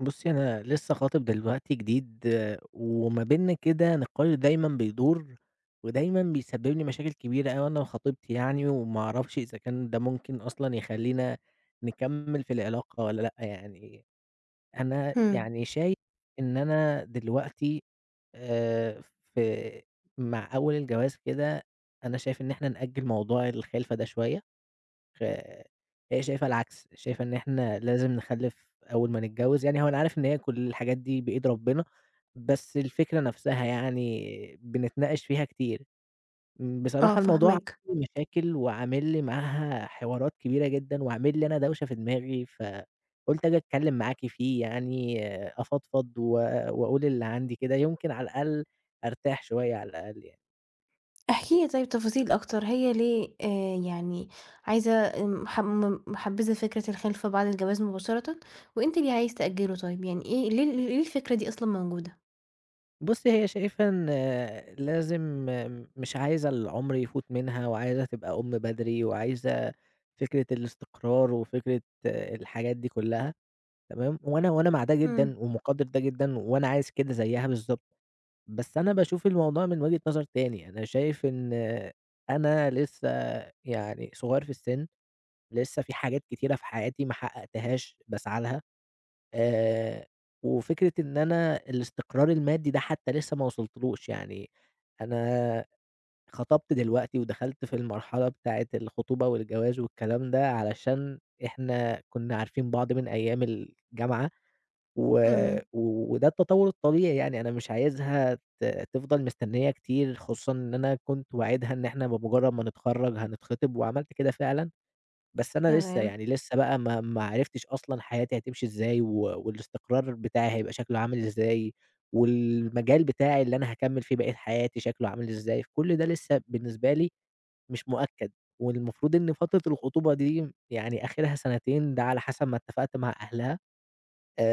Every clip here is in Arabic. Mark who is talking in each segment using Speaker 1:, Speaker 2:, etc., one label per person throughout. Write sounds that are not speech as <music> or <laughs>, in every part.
Speaker 1: بُصّي، أنا لسه خاطب دلوقتي جديد، وما بيننا كده نقاش دايمًا بيدور، ودايمًا بيسبب لي مشاكل كبيرة أوي أنا وخطيبتي يعني، وما أعرفش إذا كان ده ممكن أصلًا يخلّينا نكمّل في العلاقة والّا لأ يعني. أنا
Speaker 2: إمم.
Speaker 1: يعني شايف إن أنا دلوقتي آآ، في مع أول الجواز كده، أنا شايف إن إحنا نأجّل موضوع الخِلفة ده شوية. آآ هي شايفة العكس، شايفة إن إحنا لازم نخلِّف أول ما نتجوّز، يعني هو أنا عارف إن هي كل الحاجات دي بإيد ربنا، بس الفكرة نفسها يعني بنتناقش فيها كتير.
Speaker 2: آه،
Speaker 1: بصراحة الموضوع
Speaker 2: فاهماك.
Speaker 1: عامل لي مشاكل وعامل لي معاها حوارات كبيرة جدًا وعامل لي أنا دوشة في دماغي، فقُلت آجي أتكلّم معاكِ فيه يعني أفضفض وأقول اللي عندي كده، يمكن على الأقل أرتاح شوية على الأقل يعني.
Speaker 2: احكِ لي طيب تفاصيل أكتر، هي ليه يعني عايزة آمم ح م محبذة فكرة الخِلفة بعد الجواز مباشرةً، وأنت ليه عايز تأجله طيب؟ يعني إيه ليه الفكرة دي أصلًا موجودة؟
Speaker 1: بُصّي، هي شايفة إن لازم مش عايزة العُمر يفوت منها وعايزة تبقى أُم بدري وعايزة فكرة الاستقرار وفكرة الحاجات دي كُلّها تمام، وأنا مع ده
Speaker 2: إمم.
Speaker 1: جدًا ومقدّر ده جدًا وأنا عايز كده زيّها بالضبط، بس أنا باشوف الموضوع من وجهة نظر تاني، أنا شايف إن أنا لسّه يعني صغيّر في السِن، لسّه في حاجات كتيرة في حياتي ما حقّقتهاش باسعى لها. آآ، وفكرة إن أنا الاستقرار المادي ده حتى لسه ما وصلتلوش، يعني أنا خطبت دلوقتي ودخلت في المرحلة بتاعة الخطوبة والجواز والكلام ده، علشان إحنا كنا عارفين بعض من أيام الجامعة، و
Speaker 2: إمم.
Speaker 1: وده التطور الطبيعي يعني، أنا مش عايزها تفضل مستنية كتير، خصوصًا إن أنا كنت واعدها إن إحنا بمجرد ما نتخرج هنتخطب، وعملت كده فعلًا. بس أنا لسه،
Speaker 2: تمام.
Speaker 1: يعني لسه بقى ما عرفتش أصلًا حياتي هتمشي إزاي، والاستقرار بتاعي هيبقى شكله عامل إزاي، والمجال بتاعي اللي أنا هاكمّل فيه بقية حياتي شكله عامل إزاي، فكل ده لسه بالنسبة لي مش مؤكد، والمفروض إن فترة الخطوبة دي يعني آخرها سنتين، ده على حسب ما اتفقت مع أهلها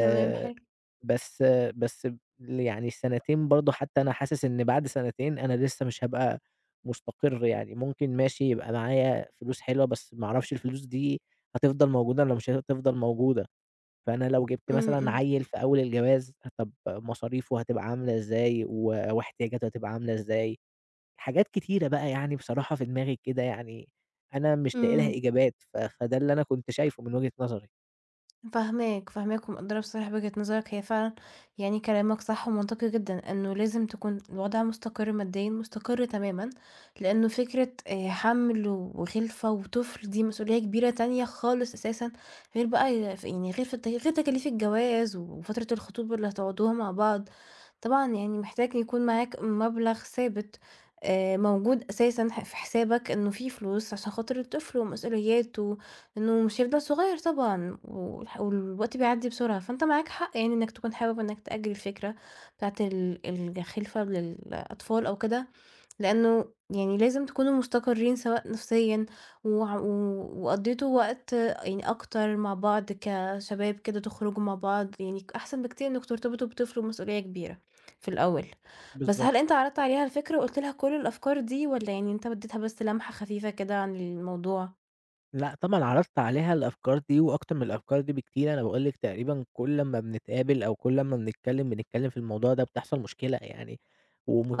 Speaker 2: تمام حلو.
Speaker 1: بس بس يعني سنتين برضه حتّى أنا حاسس إن بعد سنتين أنا لسه مش هابقى مستقر يعني، ممكن ماشي يبقى معايا فلوس حلوة، بس ما أعرفش الفلوس دي هتفضل موجودة والّا مش هتفضل موجودة، فأنا لو جِبت
Speaker 2: إمم.
Speaker 1: مثلًا
Speaker 2: إمم.
Speaker 1: عيّل في أول الجواز، طَب مصاريفه هتبقى عاملة إزاي واحتياجاته هتبقى عاملة إزاي؟ حاجات كتيرة بقى يعني بصراحة في دماغي كده يعني أنا مش لاقي لها
Speaker 2: إمم.
Speaker 1: إجابات، فده اللي أنا كنت شايفه من وجهة نظري.
Speaker 2: فاهماك، فاهماك ومقدّرة بصراحة وجهة نظرك، هي فعلًا يعني كلامك صح ومنطقي جدًا، إنه لازم تكون الوضع مستقر ماديًا، مستقر تمامًا، لإنه فكرة حَمْل وخِلفة وطفل دي مسؤولية كبيرة تانية خالص أساسًا، غير بقى يعني غير في الت غير تكاليف الجواز وفترة الخطوبة اللي هتقعدوها مع بعض، طبعًا يعني محتاج يكون معاك مبلغ ثابت موجود أساسًا في حسابك إنه في فلوس عشان خاطر الطفل ومسؤولياته، إنه مش هيفضل صغيّر طبعًا. والوقت بيعدّي بسرعة، فأنت معاك حق يعني إنّك تكون حابب إنّك تأجّل الفكرة بتاعة الخلفة للأطفال أو كده، لإنه يعني لازم تكونوا مستقرّين سواء نفسيًا وع و وقضّيتوا وقت يعني أكتر مع بعض كشباب كده، تخرجوا مع بعض يعني أحسن بكتير إنّكم ترتبطوا بطفل ومسؤولية كبيرة في الأول. بس
Speaker 1: بالضبط.
Speaker 2: هل أنت عرضت عليها الفكرة وقُلت لها كل الأفكار دي والّا يعني أنت ادّيتها بس لمحة خفيفة كده عن الموضوع؟
Speaker 1: لأ طبعًا عرضت عليها الأفكار دي وأكتر من الأفكار دي بكتير، أنا باقول لِك تقريبًا كل أمّا بنتقابل أو كل أمّا بنتكلّم، بنتكلّم في الموضوع ده بتحصل مشكلة يعني،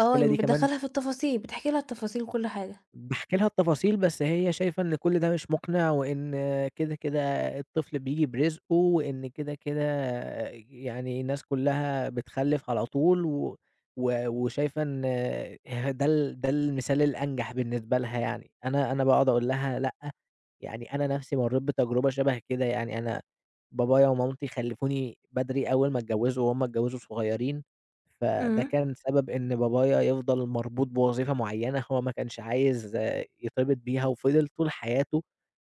Speaker 2: آه، يعني
Speaker 1: دي كمان
Speaker 2: بتدخّلها في التفاصيل، بتحكي لها التفاصيل وكل حاجة.
Speaker 1: باحكي لها التفاصيل، بس هي شايفة إن كل ده مش مقنع، وإن كده، كده الطفل بييجي برزقه، وإن كده، كده يعني الناس كلّها بتخلِّف على طول، و و وشايفة إن <laughs> ده المثال الأنجح بالنسبة لها يعني. أنا باقعد أقول لها لأ، يعني أنا نَفْسي مرّيت بتجربة شبه كده، يعني أنا بابايا ومامتي خلِّفوني بدري أول ما اتجوّزوا وهُم اتجوّزوا صغيرين. فده
Speaker 2: إمم.
Speaker 1: كان سبب إن بابايا يفضل مربوط بوظيفة معيّنة هو ما كانش عايز يتربط بيها، وفضل طول حياته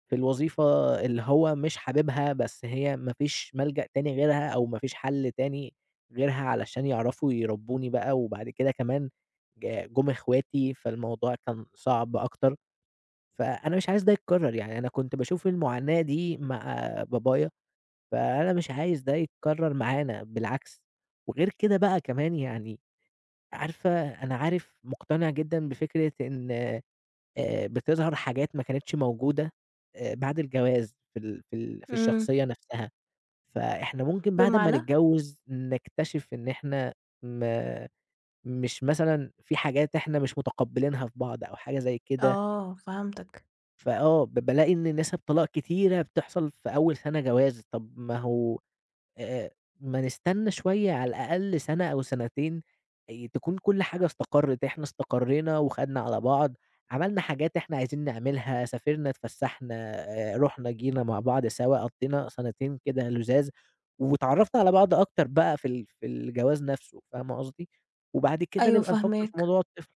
Speaker 1: في الوظيفة اللي هو مش حاببها، بس هي ما فيش ملجأ تاني غيرها أو ما فيش حل تاني غيرها علشان يعرفوا يربّوني بقى، وبعد كده كمان جُم إخواتي، فالموضوع كان صعب أكتر، فأنا مش عايز ده يتكرر، يعني أنا كنت باشوف المعاناة دي مع بابايا، فأنا مش عايز ده يتكرر معانا بالعكس، وغير كده بقى كمان يعني عارفة أنا عارف مقتنع جدًا بفكرة إن بتظهر حاجات ما كانتش موجودة بعد الجواز في ال في ال في
Speaker 2: إمم.
Speaker 1: الشخصية نفسها، فإحنا ممكن بعد أمّا
Speaker 2: بمعنى؟
Speaker 1: نتجوّز نكتشف إن إحنا ما مش مثلًا في حاجات إحنا مش متقبّلينها في بعض أو حاجة زي كده،
Speaker 2: آه، فهمتك.
Speaker 1: فآه ب بالاقي إن نِسَب طلاق كتيرة بتحصل في أول سَنة جواز، طَب ما هو آآ ما نستنى شوية على الأقل سَنة أو سَنتين تكون كل حاجة استقرِّت، إحنا استقرينا وخدنا على بعض، عملنا حاجات إحنا عايزين نعملها، سافرنا، اتفسّحنا، رُحنا، جينا مع بعض سوا، قضّينا سَنتين كده لُذاذ، واتعرّفنا على بعض أكتر بقى في الجواز نَفْسه، فاهمة قصدي؟ وبعد كده
Speaker 2: أيوه،
Speaker 1: نبقى نفكّر في
Speaker 2: فاهماك.
Speaker 1: موضوع الطفل،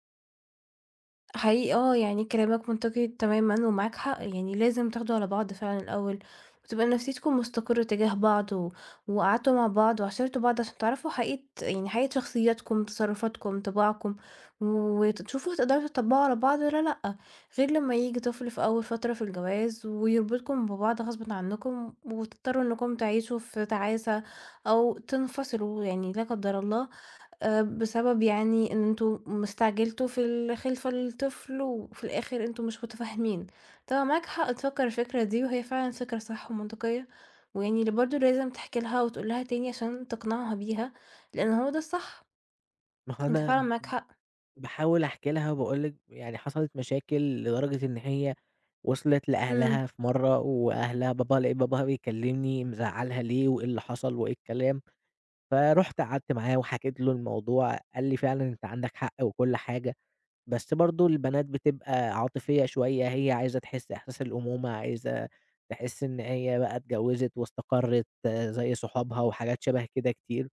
Speaker 2: حقيقي آه، يعني كلامك منطقي تمامًا ومعاك حق، يعني لازم تاخدوا على بعض فعلًا الأول، وتبقى نفسيتكم مستقرة تجاه بعض وقعدتوا مع بعض وعاشرتوا بعض عشان تعرفوا حقيقة يعني شخصياتكم، تصرفاتكم، طباعكم، وتشوفوا هتقدروا تطبّقوا على بعض والّا لأ، غير لمّا ييجي طفل في أول فترة في الجواز ويربطكم ببعض غصبٍ عنكم، وتضطروا إنكم تعيشوا في تعاسة أو تنفصلوا يعني لا قدر الله. بسبب يعني إن أنتم استعجلتوا في الخلفة للطفل وفي الآخر أنتم مش متفاهمين. طبعًا معاك حق تفكّر الفكرة دي وهي فعلًا فكرة صح ومنطقية، ويعني برضه لازم تحكي لها وتقول لها تاني عشان تقنعها بيها، لإن هو ده الصح،
Speaker 1: ما هو
Speaker 2: أنت فعلًا
Speaker 1: أنا
Speaker 2: معاك حق.
Speaker 1: باحاول أحكي لها وباقول لِك يعني حصلت مشاكل لدرجة إن هي وصلت
Speaker 2: إمم.
Speaker 1: لأهلها في مرّة، وأهلها باباها لقيت باباها بيكلمني مزعّلها ليه وإيه اللي حصل وإيه الكلام، فرُحت قعدت معاه وحكيت له الموضوع، قال لي: "فعلًا أنت عندك حق وكل حاجة، بس برضه البنات بتبقى عاطفية شوية، هي عايزة تحس إحساس الأمومة، عايزة تحس إن هي بقى اتجوّزت واستقرِّت، زي صحابها." وحاجات شبه كده كتير.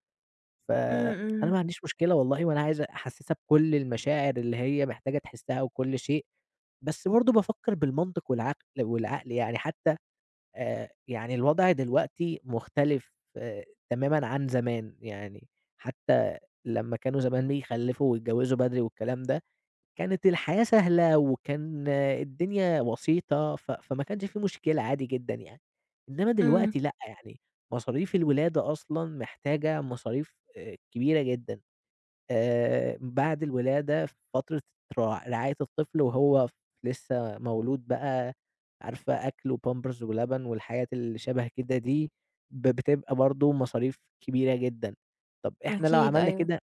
Speaker 2: إمم.
Speaker 1: فأنا ما
Speaker 2: إمم.
Speaker 1: عنديش مشكلة والله، وأنا عايز أحسّسها بكل المشاعر اللي هي محتاجة تحسّها وكل شيء، بس برضه بافكّر بالمنطق والعقل والعقل يعني حتى يعني الوضع دلوقتي مختلف تمامًا عن زمان، يعني حتى لمّا كانوا زمان بيخلّفوا ويتجوّزوا بدري والكلام ده كانت الحياة سهلة وكان الدنيا بسيطة، فما كانش في مشكلة عادي جدًا يعني. إنّما
Speaker 2: إمم.
Speaker 1: دلوقتي لأ، يعني مصاريف الولادة أصلًا محتاجة مصاريف كبيرة جدًا. بعد الولادة في فترة رعاية الطفل وهو لسّه مولود بقى، عارفة أكل وpampers ولبن والحاجات اللي شَبه كده دي، بتبقى برضه مصاريف كبيرة جدًا. طب إحنا لو
Speaker 2: أكيد،
Speaker 1: عملنا
Speaker 2: أيوه.
Speaker 1: كده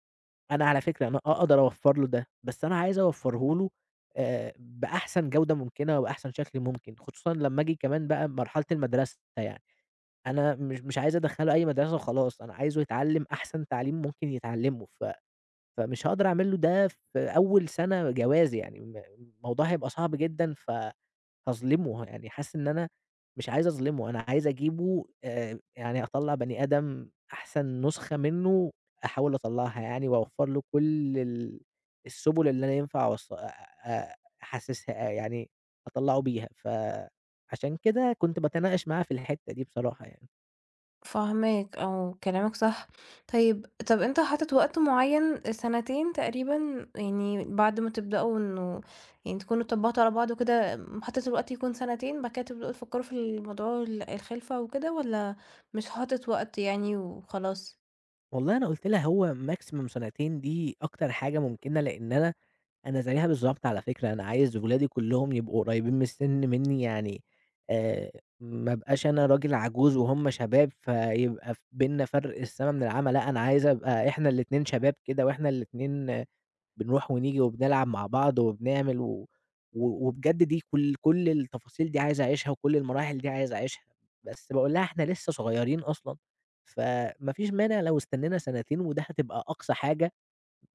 Speaker 1: أنا على فكرة أنا أقدر أوفّر له ده، بس أنا عايز أوفّره له بأحسن جودة ممكنة وبأحسن شكل ممكن، خصوصًا لمّا آجي كمان بقى مرحلة المدرسة يعني، أنا مش عايز أدخّله أي مدرسة وخلاص، أنا عايزه يتعلّم أحسن تعليم ممكن يتعلّمه، فمش هاقدر أعمل له ده في أول سَنة جوازي يعني، الموضوع هيبقى صعب جدًا هاظلمه، يعني حاسس إن أنا مش عايز أظلمه، أنا عايز أجيبه، يعني أطلّع بني آدم أحسن نسخة منه أحاول أطلّعها يعني وأوفّر له كل السُبل اللي أنا ينفع أحسسها يعني أطلّعه بيها، فعشان كده كنت باتناقش معاه في الحتّة دي بصراحة يعني.
Speaker 2: فاهماك، آه، كلامك صح. طيب طَب أنت حاطط وقت معيّن سنتين تقريبًا يعني بعد ما تبدأوا إنه يعني تكونوا اتطبّقتوا على بعض وكده، حاطط الوقت يكون سنتين، بعد كده تبدؤوا تفكّروا في الموضوع الخِلفة وكده والّا مش حاطط وقت يعني وخلاص؟
Speaker 1: والله أنا قُلت لها هو maximum سنتين دي أكتر حاجة ممكنة، لإن أنا أنا زيها بالضبط على فكرة، أنا عايز ولادي كلّهم يبقوا قريبين من السِن منّي، يعني آآ ما أبقاش أنا راجل عجوز وهُم شباب، فيبقى بيننا فرق السما من العَمى، لأ، أنا عايز أبقى إحنا الاتنين شباب كده وإحنا الاتنين، بنروح ونيجي وبنلعب مع بعض وبنعمل و و وبجد دي كل التفاصيل دي عايز أعيشها وكل المراحل دي عايز أعيشها، بس باقول لها إحنا لسّه صغيّرين أصلًا، فما فيش مانع لو استنّينا سنتين وده هتبقى أقصى حاجة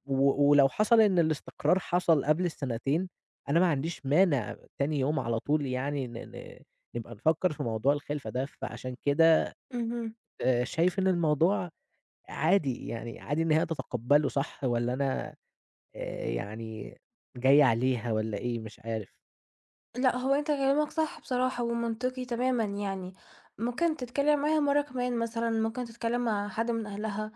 Speaker 1: و ولو حصل إن الاستقرار حصل قبل السنتين، أنا ما عنديش مانع تاني يوم على طول يعني ن ن نبقى نفكّر في موضوع الخلفة ده، فعشان كده
Speaker 2: اهم.
Speaker 1: شايف إن الموضوع عادي، يعني عادي إن هي تتقبّله صح والّا أنا يعني جاي عليها والّا إيه؟ مش عارف.
Speaker 2: لأ، هو أنت كلامك صح بصراحة ومنطقي تمامًا يعني، ممكن تتكلم معاها مرّة كمان مثلًا، ممكن تتكلم مع حد من أهلها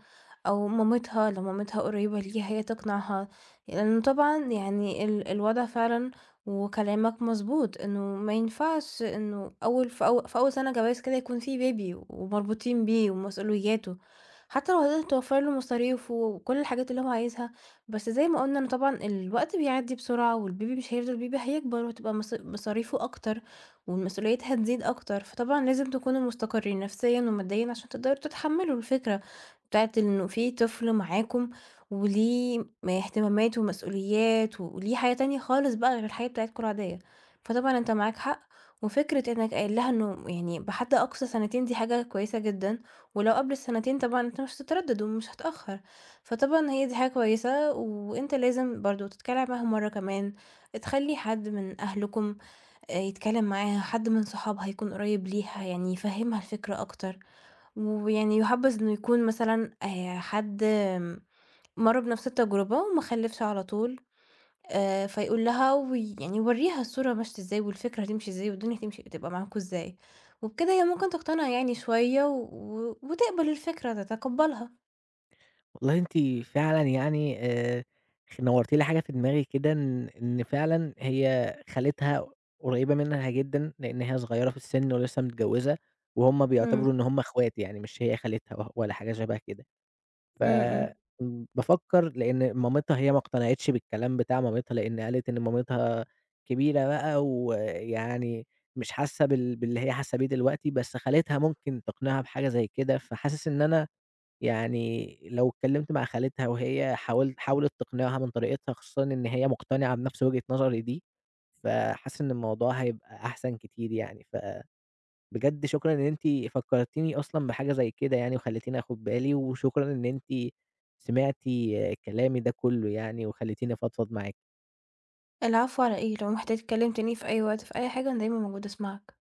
Speaker 2: أو مامتها لو مامتها قريبة ليها هي تقنعها، لإنه طبعًا يعني الوضع فعلًا وكلامك مضبوط، إنه ما ينفعش إنه أول في أو في أول سنة جواز كده يكون في بيبي ومربوطين بيه ومسؤولياته، حتى لو هتقدر توفّر له مصاريفه وكل الحاجات اللي هو عايزها، بس زي ما قُلنا إن طبعًا الوقت بيعدّي بسرعة والبيبي مش هيفضل بيبي، هيكبر وهتبقى مصاريفه أكتر والمسؤوليات هتزيد أكتر، فطبعًا لازم تكونوا مستقرين نفسيًا وماديًا عشان تقدروا تتحمّلوا الفكرة بتاعة إنه في طفل معاكم وليه اهتمامات ومسؤوليات وليه حياة تانية خالص بقى غير الحياة بتاعتكم العادية. فطبعًا أنت معاك حق، وفكرة إنك قايل لها إنه يعني بحد أقصى سنتين دي حاجة كويسة جدًا، ولو قبل السنتين طبعًا أنت مش هتتردد ومش هتأخّر. فطبعًا هي دي حاجة كويسة، وأنت لازم برضه تتكلم معاهم مرّة كمان، تخلّي حد من أهلكم يتكلم معاها، حد من صحابها يكون قريب ليها، يعني يفهّمها الفكرة أكتر، ويعني يُحبذ إنه يكون مثلًا حد مَر بنفس التجربة وما خلّفش على طول، فيقول لها يعني يورّيها الصورة ماشية إزاي والفكرة هتمشي إزاي والدنيا هتمشي تبقى معاكم إزاي، وبكده هي ممكن تقتنع يعني شوية وتقبل الفكرة، تتقبّلها.
Speaker 1: والله أنتِ فعلًا يعني خ نوّرتِ لي حاجة في دماغي كده إن فعلًا هي خالتها قريبة منها جدًا، لإن هي صغيرة في السن ولسه متجوزة، وهُم
Speaker 2: إمم.
Speaker 1: بيعتبروا إن هُم اخوات يعني مش هي خالتها ولا حاجة شبه كده، ف
Speaker 2: إمم. إمم.
Speaker 1: م بافكّر لإن مامتها هي ما اقتنعتش بالكلام بتاع مامتها، لإن قالت إن مامتها كبيرة بقى ويعني مش حاسة باللي هي حاسة بيه دلوقتي، بس خالتها ممكن تقنعها بحاجة زي كده، فحاسس إن أنا يعني لو اتكلمت مع خالتها وهي حاولت تقنعها من طريقتها، خصوصًا إن هي مقتنعة بنفس وجهة نظري دي، فحاسس إن الموضوع هيبقى أحسن كتير يعني. فبجد شكرًا إن أنتِ فكّرتيني أصلًا بحاجة زي كده يعني وخلّيتيني آخُد بالي، وشكرًا إن أنتِ سمعتِ كلامي ده كُلّه يعني وخلّيتيني أفضفض معاكِ.
Speaker 2: العفو على إيه، لو محتاج تكلّمني في أي وقت في أي حاجة أنا دايمًا موجودة أسمعك.